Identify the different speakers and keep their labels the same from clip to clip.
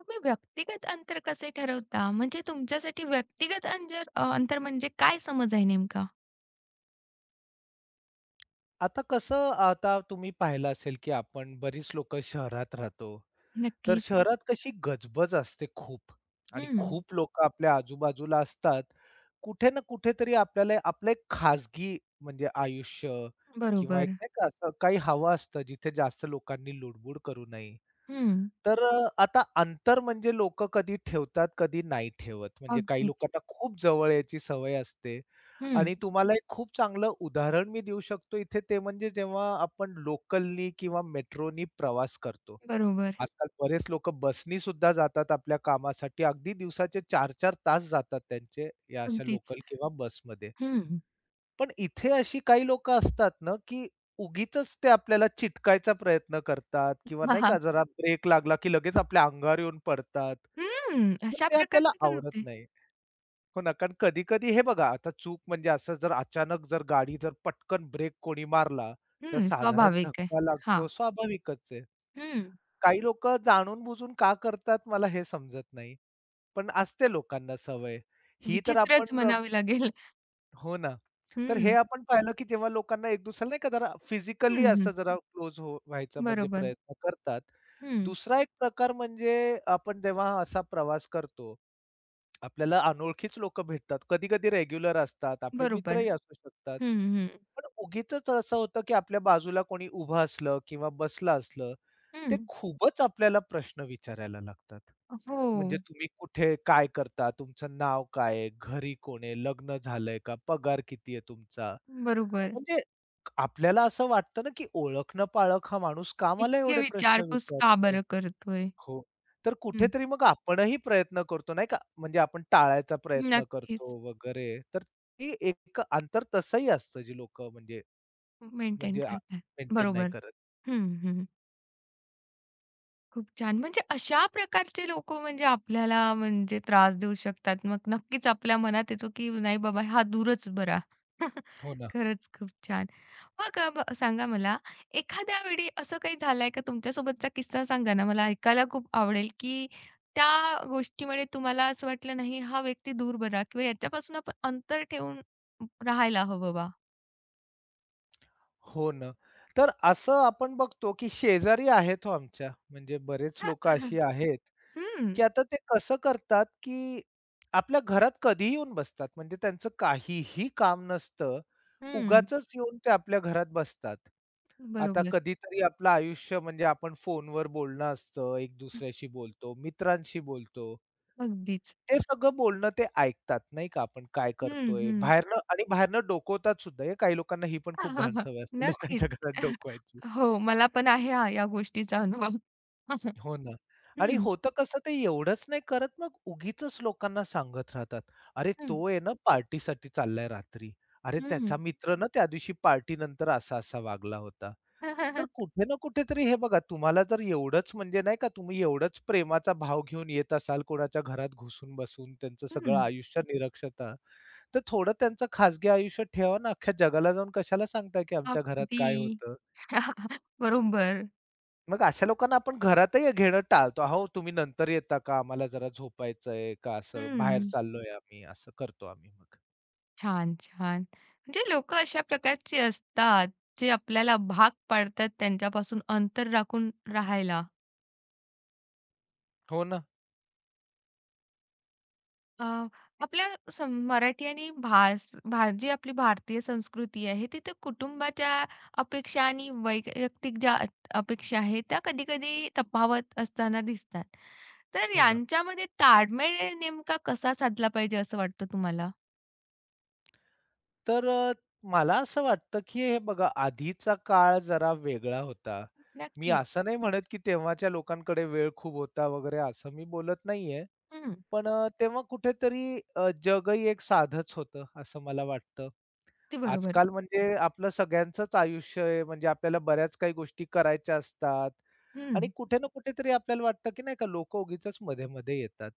Speaker 1: तुम्ही व्यक्तिगत अंतर कसे ठरवता? म्हणजे तुमच्यासाठी व्यक्तिगत अंतर म्हणजे काय समज आहे नेमका?
Speaker 2: आता कसं आता तुम्ही पाहिलं असेल, की आपण बरीच लोकं शहरात राहतो. तर हं.
Speaker 1: नक्कीच.
Speaker 2: शहरात कशी गजबज असते खूप आणि
Speaker 1: हं,
Speaker 2: खूप लोकं आपल्या आजूबाजूला असतात. कुठे ना कुठेतरी आपल्याला आपलं एक खाजगी म्हणजे आयुष्य किंवा एक
Speaker 1: बरोबर.
Speaker 2: नाही का असं काही हवं असतं, जिथे जास्त लोकांनी लुडबुड करू नये.
Speaker 1: हं.
Speaker 2: आता अंतर म्हणजे लोकं कधी ठेवतात, कधी नाही ठेवत. म्हणजे काही
Speaker 1: अगदीच.
Speaker 2: लोकांना खूप जवळ यायची सवय असते
Speaker 1: हं,
Speaker 2: आणि तुम्हाला एक खूप चांगलं उदाहरण मी देऊ शकतो इथे ते म्हणजे जेव्हा आपण लोकलनी किंवा मेट्रोनी प्रवास करतो.
Speaker 1: बरोबर.
Speaker 2: आजकाल बरेच लोकं बसनी सुद्धा जातात आपल्या कामासाठी. अगदी दिवसाचे 4-4 तास जातात त्यांचे या अशा
Speaker 1: अगदीच.
Speaker 2: लोकल किंवा बसमध्ये.
Speaker 1: हं.
Speaker 2: पण इथे अशी काही लोकं असतात ना, की उगीचच ते आपल्याला चिटकायचा प्रयत्न करतात किंवा नाही का जरा ब्रेक लागला, की लगेच आपल्या अंगावर येऊन पडतात.
Speaker 1: हं,
Speaker 2: तर
Speaker 1: अशा
Speaker 2: ते आपल्याला
Speaker 1: प्रकारचं पण
Speaker 2: आवडत
Speaker 1: होते.
Speaker 2: नाही. हो ना, कारण कधी-कधी हे बघा आता चूक म्हणजे असं जर अचानक जर गाडी जर पटकन ब्रेक कोणी मारला, तर
Speaker 1: हं,
Speaker 2: साधारण
Speaker 1: स्वाभाविक आहे.
Speaker 2: धक्का
Speaker 1: हां.
Speaker 2: लागतो स्वाभाविकच आहे.
Speaker 1: हं,
Speaker 2: काही लोकं जाणून-बुजून का करतात मला हे समजत नाही. पण असते लोकांना सवय. ही तर
Speaker 1: विचित्रच
Speaker 2: आपण
Speaker 1: म्हणावे लागेल.
Speaker 2: हो ना. तर हे
Speaker 1: हं,
Speaker 2: आपण पाहिलं, की जेव्हा लोकांना एक दुसऱ्याला नाही का जरा फिजिकली
Speaker 1: हं,
Speaker 2: असं
Speaker 1: हं.
Speaker 2: जरा क्लोज व्हायचा म्हणजे
Speaker 1: बरोबर.
Speaker 2: प्रयत्न करतात.
Speaker 1: हं,
Speaker 2: दुसरा एक प्रकार म्हणजे आपण जेव्हा असा प्रवास करतो, आपल्याला अनोळखीच लोकं भेटतात. कधी-कधी रेग्युलर असतात, आपले
Speaker 1: बरोबर.
Speaker 2: मित्रही असू शकतात.
Speaker 1: हं, हं,
Speaker 2: पण उगीचच असं होतं, की आपल्या बाजूला कोणी उभं असलं किंवा बसलं असलं, ते
Speaker 1: हं.
Speaker 2: खूपच आपल्याला प्रश्न विचारायला लागतात.
Speaker 1: हो,
Speaker 2: म्हणजे तुम्ही कुठे, काय करता, तुमचं नाव काय आहे, घरी कोण आहे, लग्न झालंय का, पगार किती आहे तुमचा?
Speaker 1: बरोबर.
Speaker 2: म्हणजे आपल्याला असं वाटतं ना, की ओळखणं-पाळख हा माणूस का मला
Speaker 1: इतके
Speaker 2: एवढे प्रश्न
Speaker 1: विचारपूस का
Speaker 2: विचारतोय?
Speaker 1: बरं करतोय?
Speaker 2: हो. तर कुठेतरी मग आपणही प्रयत्न करतो नाही का? म्हणजे आपण टाळायचा प्रयत्न करतो
Speaker 1: नक्कीच.
Speaker 2: वगैरे. तर ती एक अंतर तसंही असतं जी लोकं म्हणजे
Speaker 1: मेंटेन
Speaker 2: म्हणजे
Speaker 1: करतात.
Speaker 2: मेंटेन नाही
Speaker 1: बरोबर.
Speaker 2: करत.
Speaker 1: हं, हं. खूप छान. म्हणजे अशा प्रकारचे लोकं म्हणजे आपल्याला म्हणजे त्रास देऊ शकतात. मग नक्कीच आपल्या मनात येतो, की नाही बाबा हा दूरच बरा.
Speaker 2: हो ना.
Speaker 1: खरंच खूप छान. मग अ, ब सांगा मला एखाद्या वेळी असं काही झालंय का तुमच्यासोबतचा किस्सा सांगा ना मला ऐकायला खूप आवडेल, की त्या गोष्टीमुळे तुम्हाला असं वाटलं नाही हा व्यक्ती दूर बरा किंवा याच्यापासून आपण अंतर ठेवून राहायला हवं बा.
Speaker 2: हो ना. तर असं आपण बघतो, की शेजारी आहेत हो आमच्या. म्हणजे बरेच लोकं अशी आहेत
Speaker 1: हं.
Speaker 2: की आता ते कसं करतात, की आपल्या घरात कधीही येऊन बसतात. म्हणजे त्यांचं काहीही काम नसतं.
Speaker 1: हं.
Speaker 2: उगाचच येऊन ते आपल्या घरात बसतात. आता
Speaker 1: बरोबर.
Speaker 2: कधीतरी आपलं आयुष्य म्हणजे आपण फोनवर बोलणं असतं, एक
Speaker 1: हं,
Speaker 2: दुसऱ्याशी बोलतो, मित्रांशी बोलतो.
Speaker 1: अगदीच.
Speaker 2: ते सगळं बोलणं ते ऐकतात नाही का, आपण काय
Speaker 1: हं,
Speaker 2: करतोय.
Speaker 1: हं.
Speaker 2: बाहेरनं आणि बाहेरनं डोकवतात सुद्धा हे. काही लोकांना ही पण खूप घाण सवय असते
Speaker 1: नक्कीच.
Speaker 2: लोकांच्या घरात डोकवायची.
Speaker 1: हो, मला पण आहे हा या गोष्टीचा अनुभव.
Speaker 2: हो ना. आणि
Speaker 1: हं,
Speaker 2: होतं कसं ते एवढंच नाही करत मग उगीचच लोकांना सांगत राहतात. "अरे
Speaker 1: हं,
Speaker 2: तो आहे ना पार्टीसाठी चाललाय रात्री. अरे
Speaker 1: हं.
Speaker 2: त्याचा मित्र ना त्या दिवशी पार्टी नंतर असा-असा वागला होता." तर
Speaker 1: हं,
Speaker 2: कुठे ना कुठेतरी हे बघा तुम्हाला जर एवढंच म्हणजे नाही का तुम्ही एवढंच प्रेमाचा भाव घेऊन येत असाल कोणाच्या घरात घुसून बसून त्यांचं सगळं आयुष्य निरक्षता, तर थोडं त्यांचं खाजगी आयुष्य ठेवा ना. अख्ख्या जगाला जाऊन कशाला सांगताय की आमच्या घरात
Speaker 1: अगदी.
Speaker 2: काय होतं?
Speaker 1: बरोबर.
Speaker 2: मग अशा लोकांना आपण घरातही घेणं टाळतो. "अहो, तुम्ही नंतर येता का? आम्हाला जरा झोपायचंय का असं बाहेर
Speaker 1: हं.
Speaker 2: चाललोय आम्ही." असं करतो आम्ही मग.
Speaker 1: छान, छान. म्हणजे लोकं अशा प्रकारची असतात, जे आपल्याला भाग पाडतात त्यांच्यापासून अंतर राखून राहायला.
Speaker 2: हो ना,
Speaker 1: अ, आपल्या मराठी आणि भास भा जी आपली भारतीय संस्कृती आहे, तिथे कुटुंबाच्या अपेक्षा आणि वैयक्तिक ज्या अपेक्षा आहेत, त्या कधी-कधी तफावत असताना दिसतात. तर
Speaker 2: हो ना.
Speaker 1: यांच्यामध्ये ताळमेळ नेमका कसा साधला पाहिजे असं वाटतं तुम्हाला?
Speaker 2: तर अ, मला असं वाटतं, की हे बघा आधीचा काळ जरा वेगळा होता. मी
Speaker 1: नक्कीच.
Speaker 2: असं नाही म्हणत, की तेव्हाच्या लोकांकडे वेळ खूप होता वगैरे असं मी बोलत नाहीये.
Speaker 1: हं.
Speaker 2: पण तेव्हा कुठेतरी जगही एक साधंच होतं असं मला वाटतं.
Speaker 1: ते बरोबर.
Speaker 2: आजकाल म्हणजे आपलं सगळ्यांचंच आयुष्य आहे, म्हणजे आपल्याला बऱ्याच काही गोष्टी करायच्या असतात
Speaker 1: हं.
Speaker 2: आणि कुठे ना कुठेतरी आपल्याला वाटतं की नाही का लोक उगीचच मध्ये-मध्ये येतात.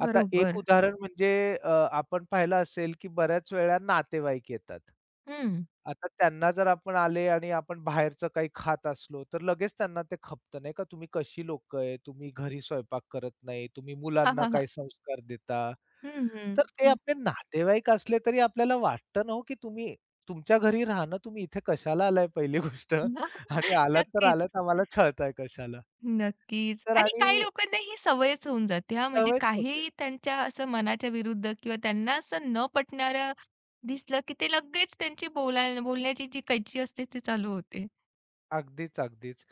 Speaker 2: आता एक
Speaker 1: बरोबर.
Speaker 2: उदाहरण म्हणजे आपण पाहिलं असेल की बऱ्याच वेळा नातेवाईक येतात.
Speaker 1: हं.
Speaker 2: आता त्यांना जर आपण आले आणि आपण बाहेरचं काही खात असलो, तर लगेच त्यांना ते खपतं नाही का, "तुम्ही कशी लोकं आहे, तुम्ही घरी स्वयंपाक करत नाही, तुम्ही
Speaker 1: हां,
Speaker 2: मुलांना
Speaker 1: हां, हां.
Speaker 2: काय संस्कार देता."
Speaker 1: हं, हं.
Speaker 2: तर ते आपले नातेवाईक असले तरी आपल्याला वाटतं ना हो, की तुम्ही तुमच्या घरी राहणं, तुम्ही इथे कशाला आलाय पहिली गोष्ट आणि आलात तर
Speaker 1: नक्कीच.
Speaker 2: आलात आम्हाला छळताय कशाला?
Speaker 1: नक्कीच.
Speaker 2: तर
Speaker 1: आणि
Speaker 2: आणि
Speaker 1: काही लोकांना ही सवयच होऊन जाते हा? म्हणजे
Speaker 2: सवयच होते.
Speaker 1: काहीही त्यांच्या असं मनाच्या विरुद्ध किंवा त्यांना असं न पटणारं दिसलं, की ते लगेच त्यांची बोलण्याची जी कैची असते ती चालू होते.
Speaker 2: अगदीच, अगदीच.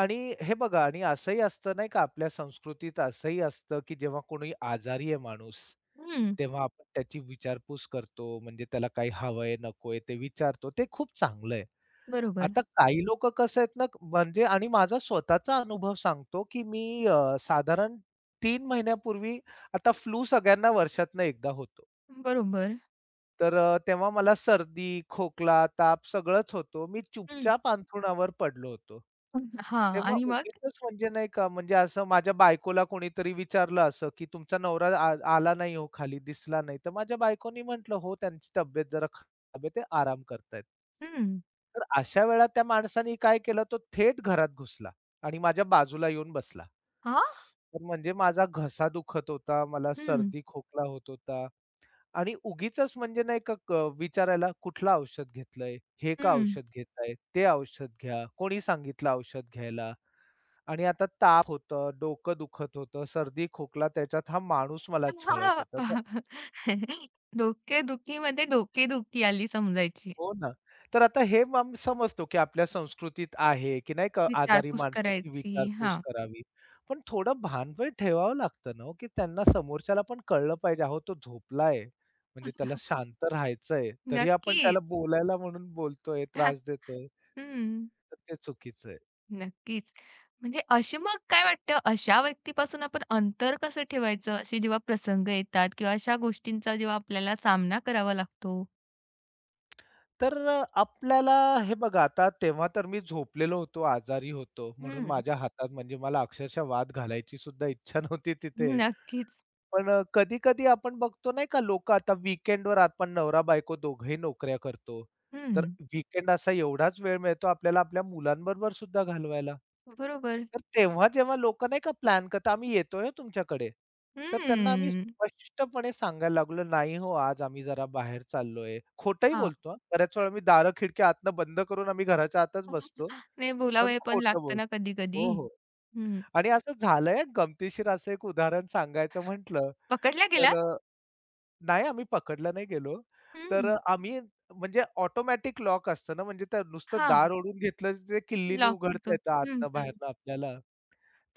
Speaker 2: आणि हे बघा आणि असंही असतं नाही का आपल्या संस्कृतीत असंही असतं, की जेव्हा कोणी आजारी आहे माणूस,
Speaker 1: हं,
Speaker 2: तेव्हा आपण त्याची विचारपूस करतो. म्हणजे त्याला काही हवंय, नकोय ते विचारतो. ते खूप चांगलं आहे.
Speaker 1: बरोबर,
Speaker 2: आता काही लोकं कसं आहेत ना, म्हणजे आणि माझा स्वतःचा अनुभव सांगतो, की मी साधारण 3 महिन्यापूर्वी आता फ्लू सगळ्यांना वर्षातनं एकदा होतो.
Speaker 1: बरोबर.
Speaker 2: तेव्हा मला सर्दी, खोकला, ताप सगळंच होतो. मी
Speaker 1: हं,
Speaker 2: चुपचाप अंथरुणावर पडलो होतो.
Speaker 1: हां
Speaker 2: तेव्हा
Speaker 1: आणि मग?
Speaker 2: उगीचच म्हणजे नाही का, म्हणजे असं माझ्या बायकोला कोणीतरी विचारलं असं, की "तुमचा नवरा आला नाही हो खाली, दिसला नाही." तर माझ्या बायकोनी म्हटलं, "हो, त्यांची तब्येत जरा खराब आहे, ते आराम करतायत."
Speaker 1: हं,
Speaker 2: तर अशा वेळा त्या माणसाने काय केलं, तो थेट घरात घुसला आणि माझ्या बाजूला येऊन बसला.
Speaker 1: हां?
Speaker 2: तर म्हणजे माझा घसा दुखत होता, मला
Speaker 1: हं,
Speaker 2: सर्दी, खोकला होत होता. आणि उगीचच म्हणजे नाही का विचारायला, "कुठलं औषध घेतलंय? हे का औषध घेताय? ते औषध घ्या. कोणी सांगितलं औषध घ्यायला?" आणि आता ताप होतं, डोकं दुखत होतं, सर्दी, खोकला त्याच्यात हा माणूस मला छळत होता. तर
Speaker 1: हं. डोकेदुखीमध्ये डोकेदुखी आली समजायची.
Speaker 2: हो ना. तर आता हे मग समजतो, की आपल्या संस्कृतीत आहे, की नाही का आजारी
Speaker 1: विचारपूस
Speaker 2: माणसाची
Speaker 1: करायची.
Speaker 2: विचारपूस
Speaker 1: हां,
Speaker 2: करावी. पण थोडं भान पण ठेवावं लागतं ना हो, की त्यांना समोरच्याला पण कळलं पाहिजे, अहो तो झोपलाय, म्हणजे त्याला शांत राहायचंय. तरी आपण त्याला
Speaker 1: नक्कीच.
Speaker 2: बोलायला म्हणून बोलतोय, त्रास देतोय,
Speaker 1: हं.
Speaker 2: तर ते चुकीचं आहे.
Speaker 1: नक्कीच. म्हणजे अशी मग काय वाटतं, अशा व्यक्तीपासून आपण अंतर कसं ठेवायचं? असे जेव्हा प्रसंग येतात किंवा अशा गोष्टींचा जेव्हा आपल्याला सामना करावा लागतो.
Speaker 2: आपल्याला हे बघा आता तेव्हा तर मी झोपलेलो होतो, आजारी होतो. म्हणून
Speaker 1: हं.
Speaker 2: माझ्या हातात म्हणजे मला अक्षरशः वाद घालायची सुद्धा इच्छा नव्हती तिथे.
Speaker 1: नक्कीच.
Speaker 2: पण कधी-कधी आपण बघतो नाही का लोकं आता वीकेंडवर आपण नवरा-बायको दोघंही नोकऱ्या करतो. तर
Speaker 1: हं.
Speaker 2: वीकेंड असा एवढाच वेळ मिळतो आपल्याला आपल्या मुलांबरोबर सुद्धा घालवायला.
Speaker 1: बरोबर.
Speaker 2: तर तेव्हा जेव्हा लोकं नाही का प्लॅन करतात, "आम्ही येतोय हं तुमच्याकडे." तर त्यांना आम्ही
Speaker 1: हं.
Speaker 2: स्पष्टपणे सांगायला लागलो, "नाही हो, आज आम्ही जरा बाहेर चाललोय." खोटंही
Speaker 1: हां.
Speaker 2: बोलतो हां. बऱ्याच वेळा आम्ही दारं खिडक्या आतनं बंद करून आम्ही घराच्या आतच बसतो,
Speaker 1: नाही
Speaker 2: पण
Speaker 1: बोलावे पण
Speaker 2: खोटं
Speaker 1: लागतं
Speaker 2: बोलतो.
Speaker 1: ना कधी-कधी.
Speaker 2: हो, हो.
Speaker 1: हं.
Speaker 2: आणि असं झालंय गमतीशीर असं एक उदाहरण सांगायचं म्हटलं,
Speaker 1: पकडल्या
Speaker 2: तर
Speaker 1: गेलात?
Speaker 2: नाही आम्ही पकडला नाही गेलो.
Speaker 1: हं.
Speaker 2: आम्ही म्हणजे ऑटोमॅटिक लॉक असतं ना, म्हणजे त्या नुसतं दार
Speaker 1: हां.
Speaker 2: ओढून घेतलं, ते किल्लीने
Speaker 1: लॉक
Speaker 2: उघडता
Speaker 1: होतो.
Speaker 2: येतं
Speaker 1: हं,
Speaker 2: आतनं
Speaker 1: हं.
Speaker 2: बाहेरनं आपल्याला.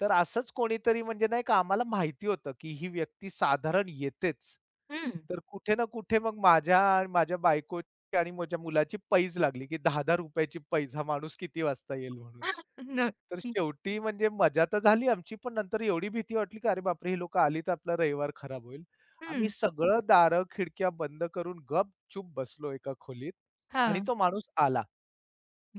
Speaker 2: तर असंच कोणीतरी म्हणजे नाही का आम्हाला माहिती होतं, की ही व्यक्ती साधारण येतेच.
Speaker 1: हं.
Speaker 2: तर कुठे ना कुठे मग माझ्या आणि माझ्या बायकोची आणि माझ्या मुलाची पैज लागली, की ₹10,000 ची पैज हा माणूस किती वाजता येईल म्हणून. तर
Speaker 1: नक्की.
Speaker 2: शेवटी म्हणजे मजा तर झाली आमची, पण नंतर एवढी भीती वाटली, की अरे बापरे! ही लोकं आली तर आपला रविवार खराब होईल. आम्ही
Speaker 1: हं.
Speaker 2: सगळं दारं, खिडक्या बंद करून गपचूप बसलो एका खोलीत आणि
Speaker 1: हां.
Speaker 2: तो माणूस आला.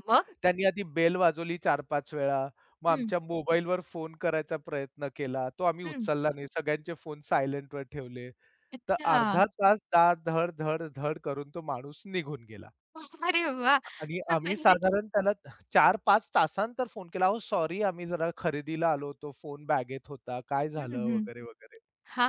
Speaker 1: मग?
Speaker 2: त्यांनी आधी बेल वाजवली 4-5 वेळा. मग
Speaker 1: हं,
Speaker 2: आमच्या मोबाईलवर फोन करायचा प्रयत्न केला. तो आम्ही
Speaker 1: हं.
Speaker 2: उचलला नाही. सगळ्यांचे फोन सायलेंटवर ठेवले. तर
Speaker 1: अच्छा.
Speaker 2: अर्धा तास दार धड-धड-धड करून तो माणूस निघून गेला.
Speaker 1: अरे वाह!
Speaker 2: आणि आम्ही
Speaker 1: म्हणजे
Speaker 2: साधारण त्याला 4-5 तासानंतर फोन केला, "अहो सॉरी आम्ही जरा खरेदीला आलो होतो. फोन बॅगेत होता. काय
Speaker 1: हं,
Speaker 2: झालं?"
Speaker 1: हं.
Speaker 2: वगैरे, वगैरे.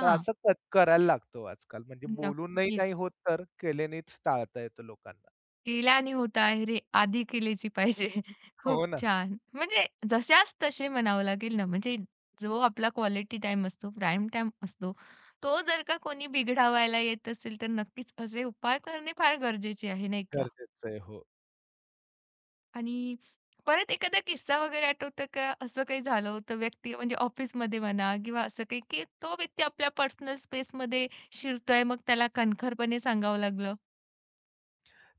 Speaker 2: तर असं क करायला लागतो आजकाल. म्हणजे बोलूनही
Speaker 1: नक्कीच.
Speaker 2: नाही होत तर केल्यानेच टाळता येतं लोकांना.
Speaker 1: केल्याने होत आहे रे, आधी केलीची पाहिजे. खूप
Speaker 2: हो ना.
Speaker 1: छान. म्हणजे जशास तसे म्हणावं लागेल ना, म्हणजे जो आपला क्वालिटी टाइम असतो, प्राईम टाइम असतो, तो जर का कोणी बिघडवायला येत असेल, तर नक्कीच असे उपाय करणे फार गरजेचे आहे, नाही का?
Speaker 2: गरजेचं आहे. हो.
Speaker 1: आणि परत एखादा किस्सा वगैरे आठवतं का? असं काही झालं होतं व्यक्ती म्हणजे ऑफिसमध्ये म्हणा किंवा असं काही, की तो व्यक्ती आपल्या पर्सनल स्पेसमध्ये शिरतोय, मग त्याला कणखरपणे सांगावं लागलं?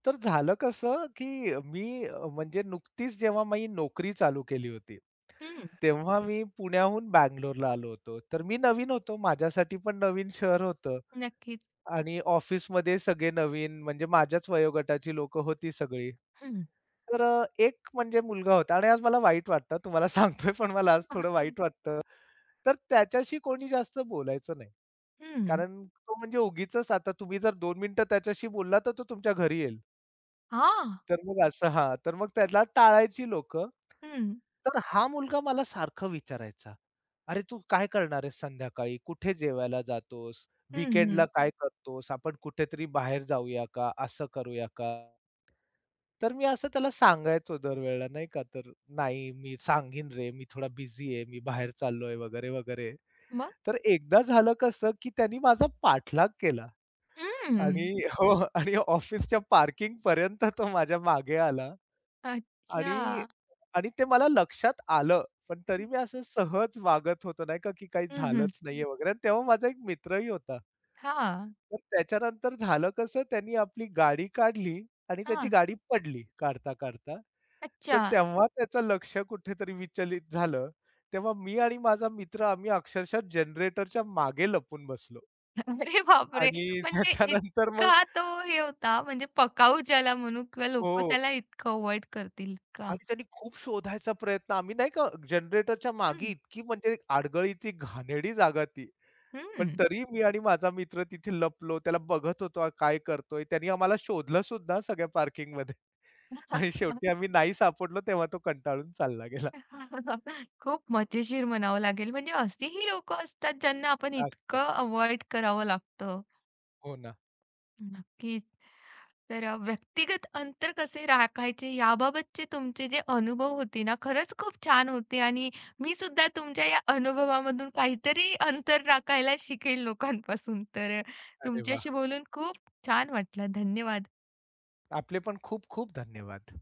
Speaker 2: तर झालं कसं, की मी म्हणजे नुकतीच जेव्हा मी नोकरी चालू केली होती,
Speaker 1: हं.
Speaker 2: तेव्हा मी पुण्याहून बंगलोरला आलो होतो. तर मी नवीन होतो, माझ्यासाठी पण नवीन शहर होतं
Speaker 1: नक्कीच.
Speaker 2: आणि ऑफिसमध्ये सगळे नवीन म्हणजे माझ्याच वयोगटाची लोकं होती सगळी.
Speaker 1: हं.
Speaker 2: एक म्हणजे मुलगा होता आणि आज मला वाईट वाटतं तुम्हाला सांगतोय, पण मला आज थोडं वाईट वाटतं. तर त्याच्याशी कोणी जास्त बोलायचं नाही.
Speaker 1: हं.
Speaker 2: कारण तो म्हणजे उगीचच आता तुम्ही जर 2 मिनिटं त्याच्याशी बोलला, तर तो तुमच्या घरी येईल.
Speaker 1: हां.
Speaker 2: तर मग असं हां, तर मग त्याला टाळायची लोकं.
Speaker 1: हं.
Speaker 2: तर हा मुलगा मला सारखं विचारायचा, "अरे, तू काय करणार आहेस संध्याकाळी? कुठे जेवायला जातोस?
Speaker 1: हं, हं.
Speaker 2: वीकेंडला काय करतोस? आपण कुठेतरी बाहेर जाऊया का? असं करूया का?" तर मी असं त्याला सांगायचो दरवेळेला नाही का, तर "नाही, मी सांगीन रे, मी थोडा बिझी आहे, मी बाहेर चाललोय" वगैरे, वगैरे.
Speaker 1: मग?
Speaker 2: तर एकदा झालं कसं, की त्यांनी माझा पाठलाग केला
Speaker 1: हं.
Speaker 2: आणि हो आणि ऑफिसच्या पार्किंगपर्यंत तो माझ्या मागे आला. आणि
Speaker 1: अच्छा.
Speaker 2: आणि ते मला लक्षात आलं. पण तरी मी असं सहज वागत होतो नाही का, की काही
Speaker 1: हं, हं.
Speaker 2: झालंच नाहीये हं. वगैरे. आणि तेव्हा माझा एक मित्रही होता.
Speaker 1: हां.
Speaker 2: तर त्याच्यानंतर झालं कसं, त्यांनी आपली गाडी काढली आणि त्याची
Speaker 1: हां.
Speaker 2: गाडी पडली काढता-काढता. तर
Speaker 1: अच्छा.
Speaker 2: तेव्हा त्याचं लक्ष कुठेतरी विचलित झालं. तेव्हा मी आणि माझा मित्र आम्ही अक्षरशः जनरेटरच्या मागे लपून बसलो
Speaker 1: अरे बापरे!
Speaker 2: आणि
Speaker 1: म्हणजे
Speaker 2: त्याच्यानंतर मग
Speaker 1: इतका तो हे होता म्हणजे पकाऊ ज्याला म्हणू किंवा लोकं
Speaker 2: हो.
Speaker 1: त्याला इतकं अव्हॉइड करतील का?
Speaker 2: आणि त्यांनी खूप शोधायचा प्रयत्न आम्ही नाही का जनरेटरच्या मागे
Speaker 1: हं.
Speaker 2: इतकी म्हणजे आडगळीची घाणेरडी जागा ती. पण
Speaker 1: हं.
Speaker 2: तरी मी आणि माझा मित्र तिथे लपलो. त्याला बघत होतो हा काय करतोय. त्यांनी आम्हाला शोधलं सुद्धा सगळ्या पार्किंगमध्ये आणि शेवटी आम्ही नाही सापडलो तेव्हा तो कंटाळून चालला गेला.
Speaker 1: खूप मजेशीर म्हणावं लागेल. म्हणजे असेही लोकं असतात ज्यांना आपण
Speaker 2: असतं.
Speaker 1: इतकं अव्हॉइड करावं लागतं.
Speaker 2: हो ना.
Speaker 1: नक्कीच. तर व्यक्तिगत अंतर कसे राखायचे याबाबतचे तुमचे जे अनुभव होते ना, खरंच खूप छान होते आणि मी सुद्धा तुमच्या या अनुभवामधून काहीतरी अंतर राखायला शिकेल लोकांपासून. तर
Speaker 2: अरे वाह!
Speaker 1: तुमच्याशी बोलून खूप छान वाटलं. धन्यवाद.
Speaker 2: आपले पण खूप खूप धन्यवाद.